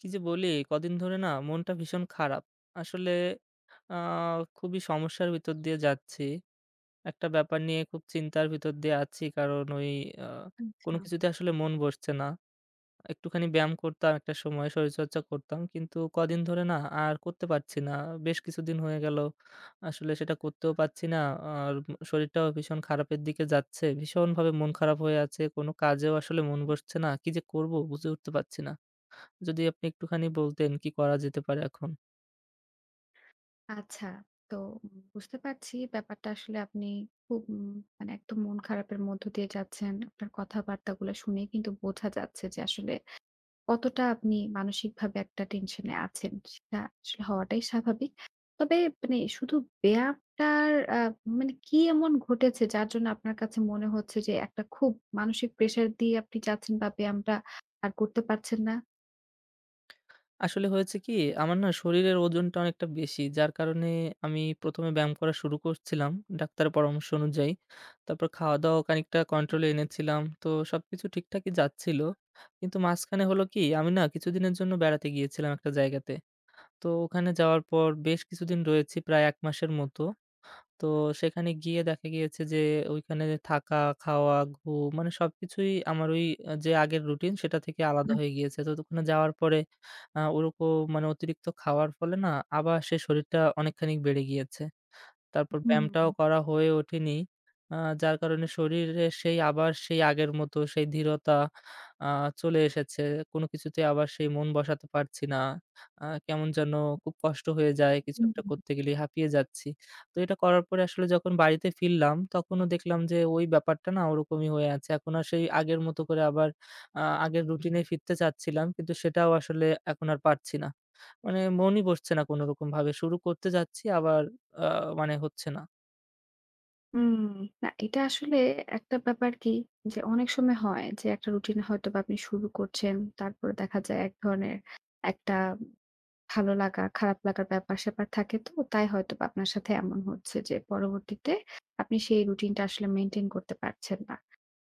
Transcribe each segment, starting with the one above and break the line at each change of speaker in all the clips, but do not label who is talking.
কি যে বলি কদিন ধরে না মনটা ভীষণ খারাপ। আসলে আ খুবই সমস্যার ভিতর দিয়ে যাচ্ছি। একটা ব্যাপার নিয়ে খুব চিন্তার ভিতর দিয়ে আছি। কারণ ওই আ কোনো
হুম।
কিছুতে আসলে মন বসছে না। একটুখানি ব্যায়াম করতাম একটা সময়, শরীরচর্চা করতাম। কিন্তু কদিন ধরে না আর করতে পারছি না। বেশ কিছুদিন হয়ে গেল। আসলে সেটা করতেও পারছি না। আর শরীরটাও ভীষণ খারাপের দিকে যাচ্ছে। ভীষণভাবে মন খারাপ হয়ে আছে। কোনো কাজেও আসলে মন বসছে না। কি যে করব বুঝে উঠতে পারছি না। যদি আপনি একটুখানি বলতেন কি করা যেতে পারে এখন?
আচ্ছা। তো বুঝতে পারছি ব্যাপারটা আসলে আপনি খুব, মানে একদম মন খারাপের মধ্য দিয়ে যাচ্ছেন। আপনার কথাবার্তাগুলো শুনেই কিন্তু বোঝা যাচ্ছে যে আসলে কতটা আপনি মানসিকভাবে একটা টেনশনে আছেন। সেটা আসলে হওয়াটাই স্বাভাবিক। তবে মানে শুধু ব্যায়ামটার আ মানে কি এমন ঘটেছে যার জন্য আপনার কাছে মনে হচ্ছে যে একটা খুব মানসিক প্রেশার দিয়ে আপনি যাচ্ছেন বা ব্যায়ামটা আর করতে পারছেন না?
আসলে হয়েছে কি আমার না শরীরের ওজনটা অনেকটা বেশি। যার কারণে আমি ১ম এ ব্যায়াম করা শুরু করছিলাম ডাক্তারের পরামর্শ অনুযায়ী। তারপর খাওয়া-দাওয়া খানিকটা কন্ট্রোলে এনেছিলাম। তো সবকিছু ঠিকঠাকই যাচ্ছিল। কিন্তু মাঝখানে হলো কি আমি না কিছুদিনের জন্য বেড়াতে গিয়েছিলাম একটা জায়গাতে। তো ওখানে যাওয়ার পর বেশ কিছুদিন রয়েছি প্রায় ১ মাসের মতো। তো সেখানে গিয়ে দেখা গিয়েছে যে ওইখানে থাকা, খাওয়া, ঘুম মানে সবকিছুই আমার ওই যে আগের রুটিন সেটা থেকে আলাদা
হুম,
হয়ে গিয়েছে। তো ওখানে যাওয়ার পরে ওরকম মানে অতিরিক্ত খাওয়ার ফলে না আবার সেই শরীরটা অনেকখানি বেড়ে গিয়েছে। তারপর ব্যায়ামটাও
হুম,
করা হয়ে ওঠেনি। যার কারণে শরীরে সেই আবার সেই আগের মতো সেই দৃঢ়তা আ চলে এসেছে। কোনো কিছুতেই আবার সেই মন বসাতে পারছি না। কেমন যেন খুব কষ্ট হয়ে যায়। কিছু
হুম।
একটা করতে গেলেই হাঁপিয়ে যাচ্ছি। তো এটা করার পরে আসলে যখন বাড়িতে ফিরলাম তখনও দেখলাম যে ওই ব্যাপারটা না ওরকমই হয়ে আছে। এখন আর সেই আগের মতো করে আবার আগের রুটিনে ফিরতে চাচ্ছিলাম কিন্তু সেটাও আসলে এখন আর পারছি না। মানে মনই বসছে না কোনোরকমভাবে। শুরু করতে যাচ্ছি আবার আ মানে হচ্ছে না।
উম না এটা আসলে একটা ব্যাপার কি যে অনেক সময় হয় যে একটা রুটিন হয়তো বা আপনি শুরু করছেন। তারপরে দেখা যায় এক ধরনের একটা ভালো লাগা, খারাপ লাগার ব্যাপার-স্যাপার থাকে তো। তাই হয়তো বা আপনার সাথে এমন হচ্ছে যে পরবর্তীতে আপনি সেই রুটিনটা আসলে মেইনটেইন করতে পারছেন না।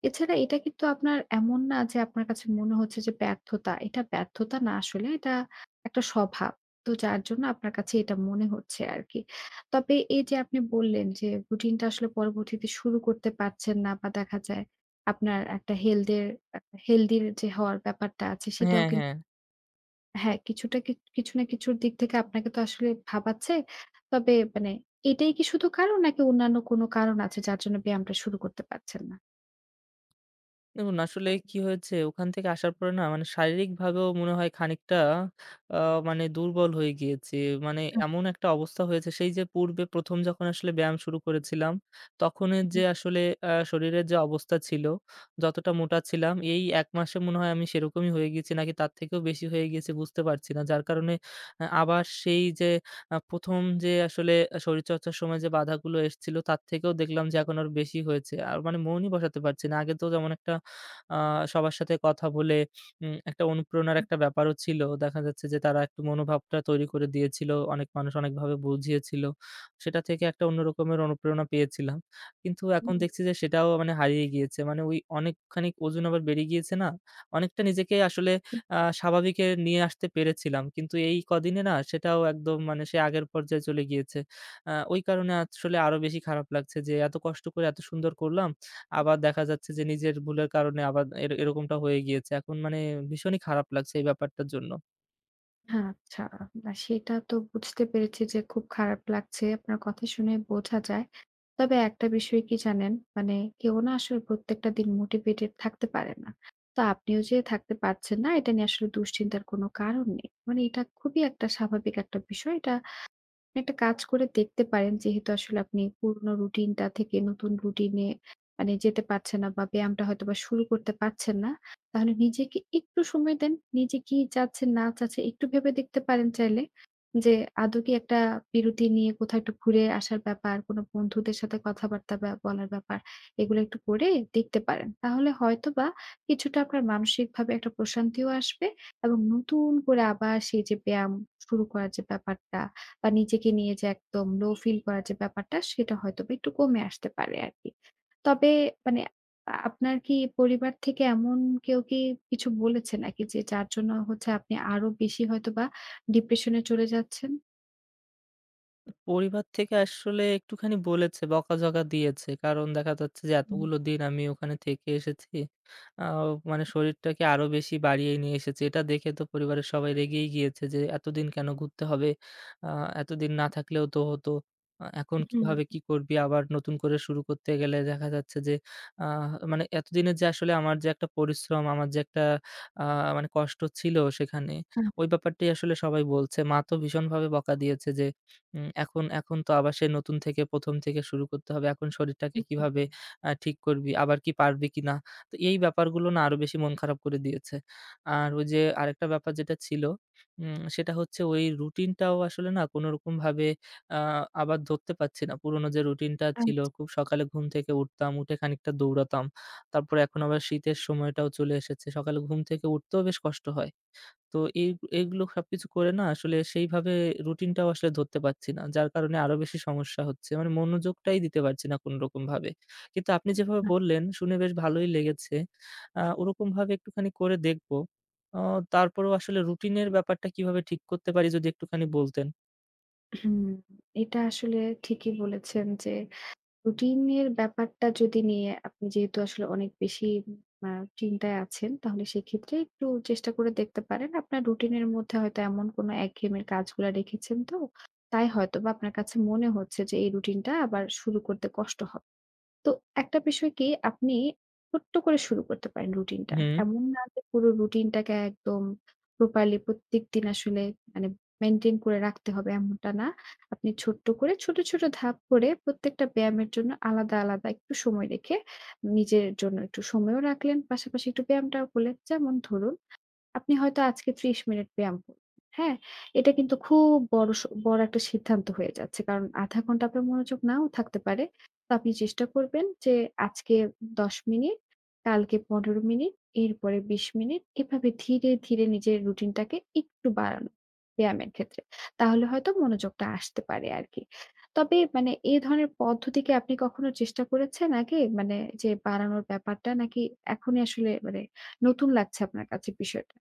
এছাড়া এটা কিন্তু আপনার এমন না যে আপনার কাছে মনে হচ্ছে যে ব্যর্থতা। এটা ব্যর্থতা না, আসলে এটা একটা স্বভাব। তো যার জন্য আপনার কাছে এটা মনে হচ্ছে আরকি। তবে এই যে আপনি বললেন যে রুটিনটা আসলে পরবর্তীতে শুরু করতে পারছেন না বা দেখা যায় আপনার একটা হেলদের আ হেলদির যে হওয়ার ব্যাপারটা আছে সেটাও
হ্যাঁ,
কিন
হ্যাঁ।
হ্যাঁ, কিছুটা কি কিছু না কিছুর দিক থেকে আপনাকে তো আসলে ভাবাচ্ছে। তবে মানে এটাই কি শুধু কারণ নাকি অন্যান্য কোনো কারণ আছে যার জন্য ব্যায়ামটা শুরু করতে পারছেন না?
দেখুন আসলে কি হয়েছে ওখান থেকে আসার পরে না মানে শারীরিকভাবেও মনে হয় খানিকটা আ মানে দুর্বল হয়ে গিয়েছি। মানে এমন একটা অবস্থা হয়েছে সেই যে পূর্বে ১ম যখন আসলে ব্যায়াম শুরু করেছিলাম, তখনের যে আসলে শরীরের যে অবস্থা ছিল, যতটা মোটা ছিলাম এই ১ মাসে মনে হয় আমি সেরকমই হয়ে গেছি নাকি তার থেকেও বেশি হয়ে গেছি বুঝতে পারছি না। যার কারণে আবার সেই যে ১ম যে আসলে শরীরচর্চার সময় যে বাধাগুলো এসেছিল তার থেকেও দেখলাম যে এখন আরো বেশি হয়েছে। আর মানে মনই বসাতে পারছি না। আগে তো যেমন একটা আ সবার সাথে কথা বলে একটা অনুপ্রেরণার একটা ব্যাপারও ছিল। দেখা যাচ্ছে যে তারা একটু মনোভাবটা তৈরি করে দিয়েছিল। অনেক মানুষ অনেকভাবে বুঝিয়েছিল। সেটা থেকে একটা অন্য রকমের অনুপ্রেরণা পেয়েছিলাম। কিন্তু এখন দেখছি যে সেটাও মানে হারিয়ে গিয়েছে। মানে ওই অনেকখানি ওজন আবার বেড়ে গিয়েছে না? অনেকটা নিজেকে আসলে স্বাভাবিকে নিয়ে আসতে পেরেছিলাম। কিন্তু এই কদিনে না সেটাও একদম মানে সেই আগের পর্যায়ে চলে গিয়েছে। ওই কারণে আসলে আরো বেশি খারাপ লাগছে যে এত কষ্ট করে এত সুন্দর করলাম। আবার দেখা যাচ্ছে যে নিজের ভুলের কারণে আবার এরকমটা হয়ে গিয়েছে। এখন মানে ভীষণই খারাপ লাগছে এই ব্যাপারটার জন্য।
হ্যাঁ, আচ্ছা। না সেটা তো বুঝতে পেরেছি যে খুব খারাপ লাগছে। আপনার কথা শুনে বোঝা যায়। তবে একটা বিষয় কি জানেন? মানে কেউ না আসলে প্রত্যেকটা দিন মোটিভেটেড থাকতে পারে না। তো আপনিও যে থাকতে পারছেন না এটা নিয়ে আসলে দুশ্চিন্তার কোনো কারণ নেই। মানে এটা খুবই একটা স্বাভাবিক একটা বিষয়। এটা একটা কাজ করে দেখতে পারেন যেহেতু আসলে আপনি পুরনো রুটিনটা থেকে নতুন রুটিনে মানে যেতে পারছেন না বা ব্যায়ামটা হয়তোবা শুরু করতে পারছেন না। তাহলে নিজেকে একটু সময় দেন। নিজে কি চাচ্ছেন না চাচ্ছেন একটু ভেবে দেখতে পারেন চাইলে। যে আদৌ কি একটা বিরতি নিয়ে কোথাও একটু ঘুরে আসার ব্যাপার, কোনো বন্ধুদের সাথে কথাবার্তা বা বলার ব্যাপার এগুলো একটু করে দেখতে পারেন। তাহলে হয়তোবা কিছুটা আপনার মানসিকভাবে একটা প্রশান্তিও আসবে এবং নতুন করে আবার সেই যে ব্যায়াম শুরু করার যে ব্যাপারটা বা নিজেকে নিয়ে যে একদম লো ফিল করার যে ব্যাপারটা সেটা হয়তোবা একটু কমে আসতে পারে আরকি। তবে মানে আপনার কি পরিবার থেকে এমন কেউ কি কিছু বলেছে নাকি যে যার জন্য হচ্ছে আপনি আরো বেশি হয়তোবা ডিপ্রেশন এ চলে যাচ্ছেন?
পরিবার থেকে আসলে একটুখানি বলেছে, বকাঝকা দিয়েছে। কারণ দেখা যাচ্ছে যে
হুম,
এতগুলো দিন আমি ওখানে থেকে এসেছি। আ মানে শরীরটাকে আরো বেশি বাড়িয়ে নিয়ে এসেছি। এটা দেখে তো পরিবারের সবাই রেগেই গিয়েছে যে এতদিন কেন ঘুরতে হবে? আ এতদিন না থাকলেও তো হতো। এখন
হুম,
কিভাবে কি করবি? আবার নতুন করে শুরু করতে গেলে দেখা যাচ্ছে যে আ মানে এতদিনের যে আসলে আমার যে একটা পরিশ্রম, আমার যে একটা আ মানে কষ্ট ছিল সেখানে,
হুম,
ওই ব্যাপারটাই আসলে সবাই বলছে। মা তো ভীষণভাবে বকা দিয়েছে যে এখন এখন তো আবার সেই নতুন থেকে ১ম থেকে শুরু করতে হবে। এখন শরীরটাকে
হুম।
কিভাবে ঠিক করবি? আবার কি পারবি কিনা? তো এই ব্যাপারগুলো না আরো বেশি মন খারাপ করে দিয়েছে। আর ওই যে আরেকটা ব্যাপার যেটা ছিল সেটা হচ্ছে ওই রুটিনটাও আসলে না কোনরকমভাবে আ আবার ধরতে পারছি না। পুরোনো যে রুটিনটা ছিল
আচ্ছা।
খুব সকালে ঘুম থেকে উঠতাম, উঠে খানিকটা দৌড়াতাম। তারপরে এখন আবার শীতের সময়টাও চলে এসেছে। সকালে ঘুম থেকে উঠতেও বেশ কষ্ট হয়। তো এই এগুলো সবকিছু করে না আসলে সেইভাবে রুটিনটাও আসলে ধরতে পারছি না। যার কারণে আরো বেশি সমস্যা হচ্ছে। মানে মনোযোগটাই দিতে পারছি না কোনরকমভাবে। কিন্তু আপনি যেভাবে বললেন শুনে বেশ ভালোই লেগেছে। ওরকমভাবে একটুখানি করে দেখব। অ তারপরেও আসলে রুটিনের ব্যাপারটা কিভাবে ঠিক করতে পারি যদি একটুখানি বলতেন।
হুম, এটা আসলে ঠিকই বলেছেন যে রুটিনের ব্যাপারটা যদি নিয়ে আপনি যেহেতু আসলে অনেক বেশি আ চিন্তায় আছেন, তাহলে সেক্ষেত্রে একটু চেষ্টা করে দেখতে পারেন। আপনার রুটিনের মধ্যে হয়তো এমন কোনো একঘেয়েমি কাজগুলা রেখেছেন তো, তাই হয়তোবা আপনার কাছে মনে হচ্ছে যে এই রুটিনটা আবার শুরু করতে কষ্ট হবে। তো একটা বিষয় কি আপনি ছোট্ট করে শুরু করতে পারেন রুটিনটা।
হুম।
এমন না যে পুরো রুটিনটাকে একদম প্রপারলি প্রত্যেকদিন আসলে মানে মেইনটেইন করে রাখতে হবে, এমনটা না। আপনি ছোট্ট করে ছোট, ছোট ধাপ করে প্রত্যেকটা ব্যায়ামের জন্য আলাদা, আলাদা একটু সময় রেখে নিজের জন্য একটু সময়ও রাখলেন। পাশাপাশি একটু ব্যায়ামটাও করলেন। যেমন ধরুন আপনি হয়তো আজকে ৩০ মিনিট ব্যায়াম করবেন। হ্যাঁ? এটা কিন্তু খুব বড় একটা সিদ্ধান্ত হয়ে যাচ্ছে। কারণ ০.৫ ঘন্টা আপনার মনোযোগ নাও থাকতে পারে। তো আপনি চেষ্টা করবেন যে আজকে ১০ মিনিট, কালকে ১৫ মিনিট, এরপরে ২০ মিনিট এভাবে ধীরে, ধীরে নিজের রুটিনটাকে একটু বাড়ানো ব্যায়ামের ক্ষেত্রে। তাহলে হয়তো মনোযোগটা আসতে পারে আরকি। তবে মানে এ ধরনের পদ্ধতি কি আপনি কখনো চেষ্টা করেছেন আগে? মানে যে বাড়ানোর ব্যাপারটা নাকি এখনই আসলে মানে নতুন লাগছে আপনার কাছে বিষয়টা?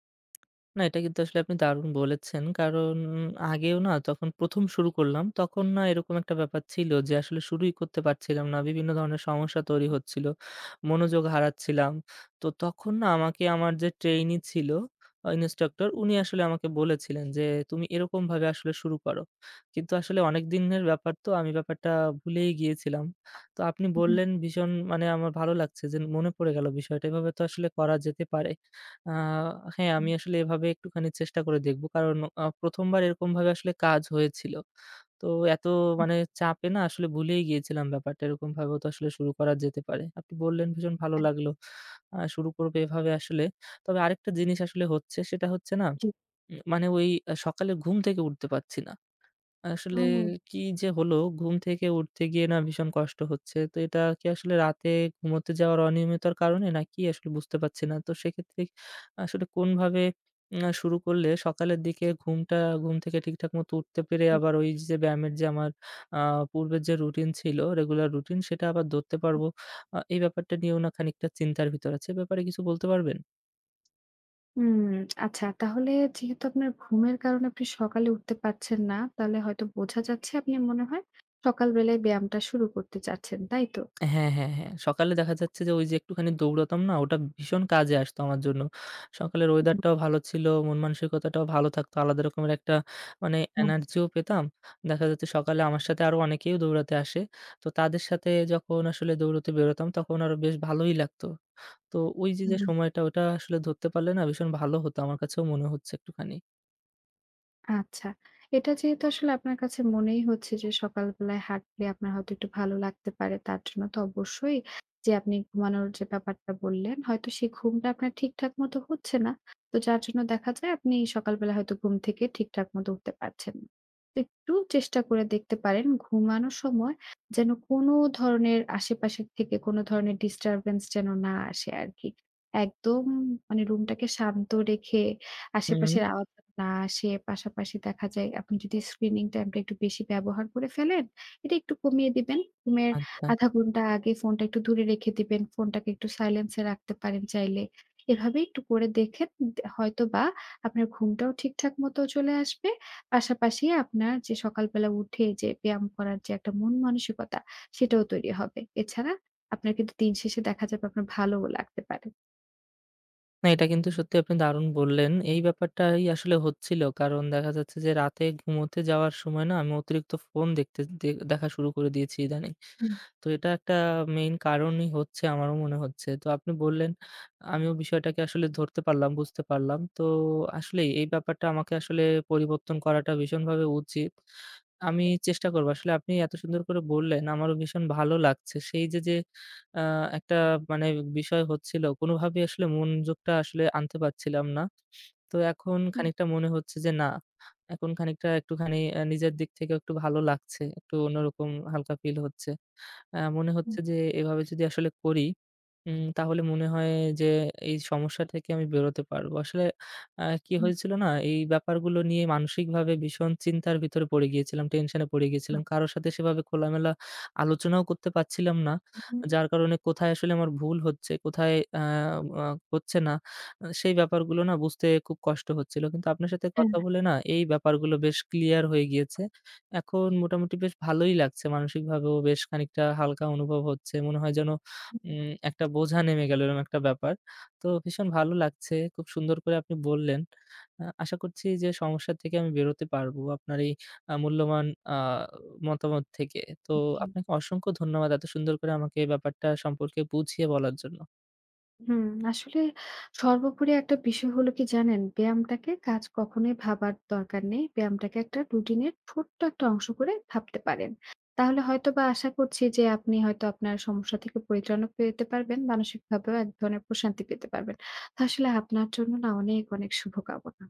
না, এটা কিন্তু আসলে আপনি দারুণ বলেছেন। কারণ আগেও না যখন ১ম শুরু করলাম, তখন না এরকম একটা ব্যাপার ছিল যে আসলে শুরুই করতে পারছিলাম না। বিভিন্ন ধরনের সমস্যা তৈরি হচ্ছিল। মনোযোগ হারাচ্ছিলাম। তো তখন না আমাকে আমার যে ট্রেইনি ছিল ইন্সট্রাক্টর, উনি আসলে আমাকে বলেছিলেন যে, "তুমি এরকমভাবে আসলে শুরু করো।" কিন্তু আসলে অনেক দিনের ব্যাপার তো আমি ব্যাপারটা ভুলেই গিয়েছিলাম। তো আপনি
হুম,
বললেন ভীষণ মানে আমার ভালো লাগছে যে মনে পড়ে গেল বিষয়টা। এভাবে তো আসলে করা যেতে পারে। আ হ্যাঁ,
হুম,
আমি আসলে এভাবে একটুখানি চেষ্টা করে দেখব। কারণ ১ম বার এরকমভাবে আসলে কাজ হয়েছিল। তো এত
হুম।
মানে চাপে না আসলে ভুলেই গিয়েছিলাম ব্যাপারটা। এরকমভাবেও তো আসলে শুরু করা যেতে পারে। আপনি বললেন ভীষণ ভালো লাগলো। শুরু করব এভাবে আসলে। তবে আরেকটা জিনিস আসলে হচ্ছে সেটা হচ্ছে না,
জি।
মানে ওই সকালে ঘুম থেকে উঠতে পারছি না। আসলে
হুম,
কি যে হলো, ঘুম থেকে উঠতে গিয়ে না ভীষণ কষ্ট হচ্ছে। তো এটা কি আসলে রাতে ঘুমোতে যাওয়ার অনিয়মিতার কারণে নাকি আসলে বুঝতে পারছি না। তো সেক্ষেত্রে আসলে কোনভাবে শুরু করলে সকালের দিকে ঘুম থেকে ঠিকঠাক মতো উঠতে পেরে
জি।
আবার ওই যে ব্যায়ামের যে আমার আ পূর্বের যে রুটিন ছিল, রেগুলার রুটিন সেটা আবার ধরতে পারবো। এই ব্যাপারটা নিয়েও না খানিকটা চিন্তার ভিতর আছি। এ ব্যাপারে কিছু বলতে পারবেন?
হুম, আচ্ছা, তাহলে যেহেতু আপনার ঘুমের কারণে আপনি সকালে উঠতে পারছেন না, তাহলে হয়তো বোঝা যাচ্ছে আপনি মনে হয় সকালবেলায় ব্যায়ামটা শুরু করতে চাচ্ছেন, তাই তো?
হ্যাঁ, হ্যাঁ, হ্যাঁ। সকালে দেখা যাচ্ছে যে, ওই যে একটুখানি দৌড়াতাম না? ওটা ভীষণ কাজে আসতো আমার জন্য। সকালের
হুম,
ওয়েদারটাও ভালো ছিল, মন মানসিকতাটাও ভালো থাকতো। আলাদা রকমের একটা মানে এনার্জিও পেতাম। দেখা যাচ্ছে সকালে আমার সাথে আরো অনেকেই দৌড়াতে আসে। তো তাদের সাথে যখন আসলে দৌড়াতে বেরোতাম, তখন আরো বেশ ভালোই লাগতো। তো ওই যে, যে
হুম,
সময়টা, ওটা আসলে ধরতে পারলে না ভীষণ ভালো হতো। আমার কাছেও মনে হচ্ছে একটুখানি।
আচ্ছা। এটা যেহেতু আসলে আপনার কাছে মনেই হচ্ছে যে সকালবেলায় হাঁটলে আপনার হয়তো একটু ভালো লাগতে পারে। তার জন্য তো অবশ্যই যে আপনি ঘুমানোর যে ব্যাপারটা বললেন, হয়তো সেই ঘুমটা আপনার ঠিকঠাক মতো হচ্ছে না। তো যার জন্য দেখা যায় আপনি সকালবেলা হয়তো ঘুম থেকে ঠিকঠাক মতো উঠতে পারছেন না। তো একটু চেষ্টা করে দেখতে পারেন ঘুমানোর সময় যেন কোনো ধরনের আশেপাশের থেকে কোনো ধরনের ডিস্টার্বেন্স যেন না আসে আরকি। একদম মানে রুমটাকে শান্ত রেখে
হুম,
আশেপাশের আওয়াজ যাতে না আসে, পাশাপাশি দেখা যায় আপনি যদি স্ক্রিনিং টাইমটা একটু বেশি ব্যবহার করে ফেলেন, এটা একটু কমিয়ে দিবেন। ঘুমের
আচ্ছা।
০.৫ ঘন্টা আগে ফোনটা একটু দূরে রেখে দিবেন। ফোনটাকে একটু সাইলেন্স এ রাখতে পারেন চাইলে। এভাবে একটু করে দেখেন দে হয়তোবা আপনার ঘুমটাও ঠিকঠাক মতো চলে আসবে। পাশাপাশি আপনার যে সকালবেলা উঠে যে ব্যায়াম করার যে একটা মন মানসিকতা, সেটাও তৈরি হবে। এছাড়া আপনার কিন্তু দিন শেষে দেখা যাবে আপনার ভালোও লাগতে পারে।
না, এটা কিন্তু সত্যি আপনি দারুণ বললেন। এই ব্যাপারটাই আসলে হচ্ছিল। কারণ দেখা যাচ্ছে যে রাতে ঘুমোতে যাওয়ার সময় না আমি অতিরিক্ত ফোন দেখতে দেখা শুরু করে দিয়েছি ইদানিং।
হুম,
তো এটা একটা মেইন কারণই হচ্ছে আমারও মনে হচ্ছে। তো আপনি বললেন আমিও বিষয়টাকে আসলে ধরতে পারলাম, বুঝতে পারলাম। তো আসলেই এই ব্যাপারটা আমাকে আসলে পরিবর্তন করাটা ভীষণভাবে উচিত। আমি চেষ্টা করব। আসলে আপনি এত সুন্দর করে বললেন, আমারও ভীষণ ভালো লাগছে। সেই যে, যে, আ একটা মানে বিষয় হচ্ছিল, কোনোভাবেই আসলে মনোযোগটা আসলে আনতে পারছিলাম না। তো এখন
হুম,
খানিকটা মনে হচ্ছে যে, না, এখন খানিকটা একটুখানি নিজের দিক থেকেও একটু ভালো লাগছে। একটু অন্যরকম হালকা ফিল হচ্ছে। মনে
হুম,
হচ্ছে যে, এভাবে যদি আসলে করি তাহলে মনে হয় যে এই সমস্যা থেকে আমি বেরোতে পারবো। আসলে কি
হুম,
হয়েছিল না? এই ব্যাপারগুলো নিয়ে মানসিকভাবে ভীষণ চিন্তার ভিতরে পড়ে গিয়েছিলাম, টেনশনে পড়ে
হুম,
গিয়েছিলাম। কারো সাথে সেভাবে খোলামেলা আলোচনাও করতে পারছিলাম না।
হুম,
যার কারণে কোথায় আসলে আমার ভুল হচ্ছে, কোথায় আ আ হচ্ছে না, সেই ব্যাপারগুলো না বুঝতে খুব কষ্ট হচ্ছিল। কিন্তু আপনার সাথে
হ্যাঁ।
কথা বলে না এই ব্যাপারগুলো বেশ ক্লিয়ার হয়ে গিয়েছে। এখন মোটামুটি বেশ ভালোই লাগছে। মানসিকভাবেও বেশ খানিকটা হালকা অনুভব হচ্ছে। মনে হয় যেন একটা বোঝা নেমে গেল এরকম একটা ব্যাপার। তো ভীষণ ভালো লাগছে। খুব সুন্দর করে আপনি বললেন। আশা করছি যে সমস্যা থেকে আমি বেরোতে পারবো আপনার এই মূল্যবান আ মতামত থেকে। তো
জি।
আপনাকে অসংখ্য ধন্যবাদ এত সুন্দর করে আমাকে এই ব্যাপারটা সম্পর্কে বুঝিয়ে বলার জন্য।
হুম, আসলে সর্বোপরি একটা বিষয় হলো কি জানেন? ব্যায়ামটাকে কাজ কখনোই ভাবার দরকার নেই। ব্যায়ামটাকে একটা রুটিনের ছোট্ট একটা অংশ করে ভাবতে পারেন। তাহলে হয়তোবা আশা করছি যে আপনি হয়তো আপনার সমস্যা থেকে পরিত্রাণও পেতে পারবেন, মানসিকভাবেও এক ধরনের প্রশান্তি পেতে পারবেন। তো আসলে আপনার জন্য না অনেক, অনেক শুভকামনা।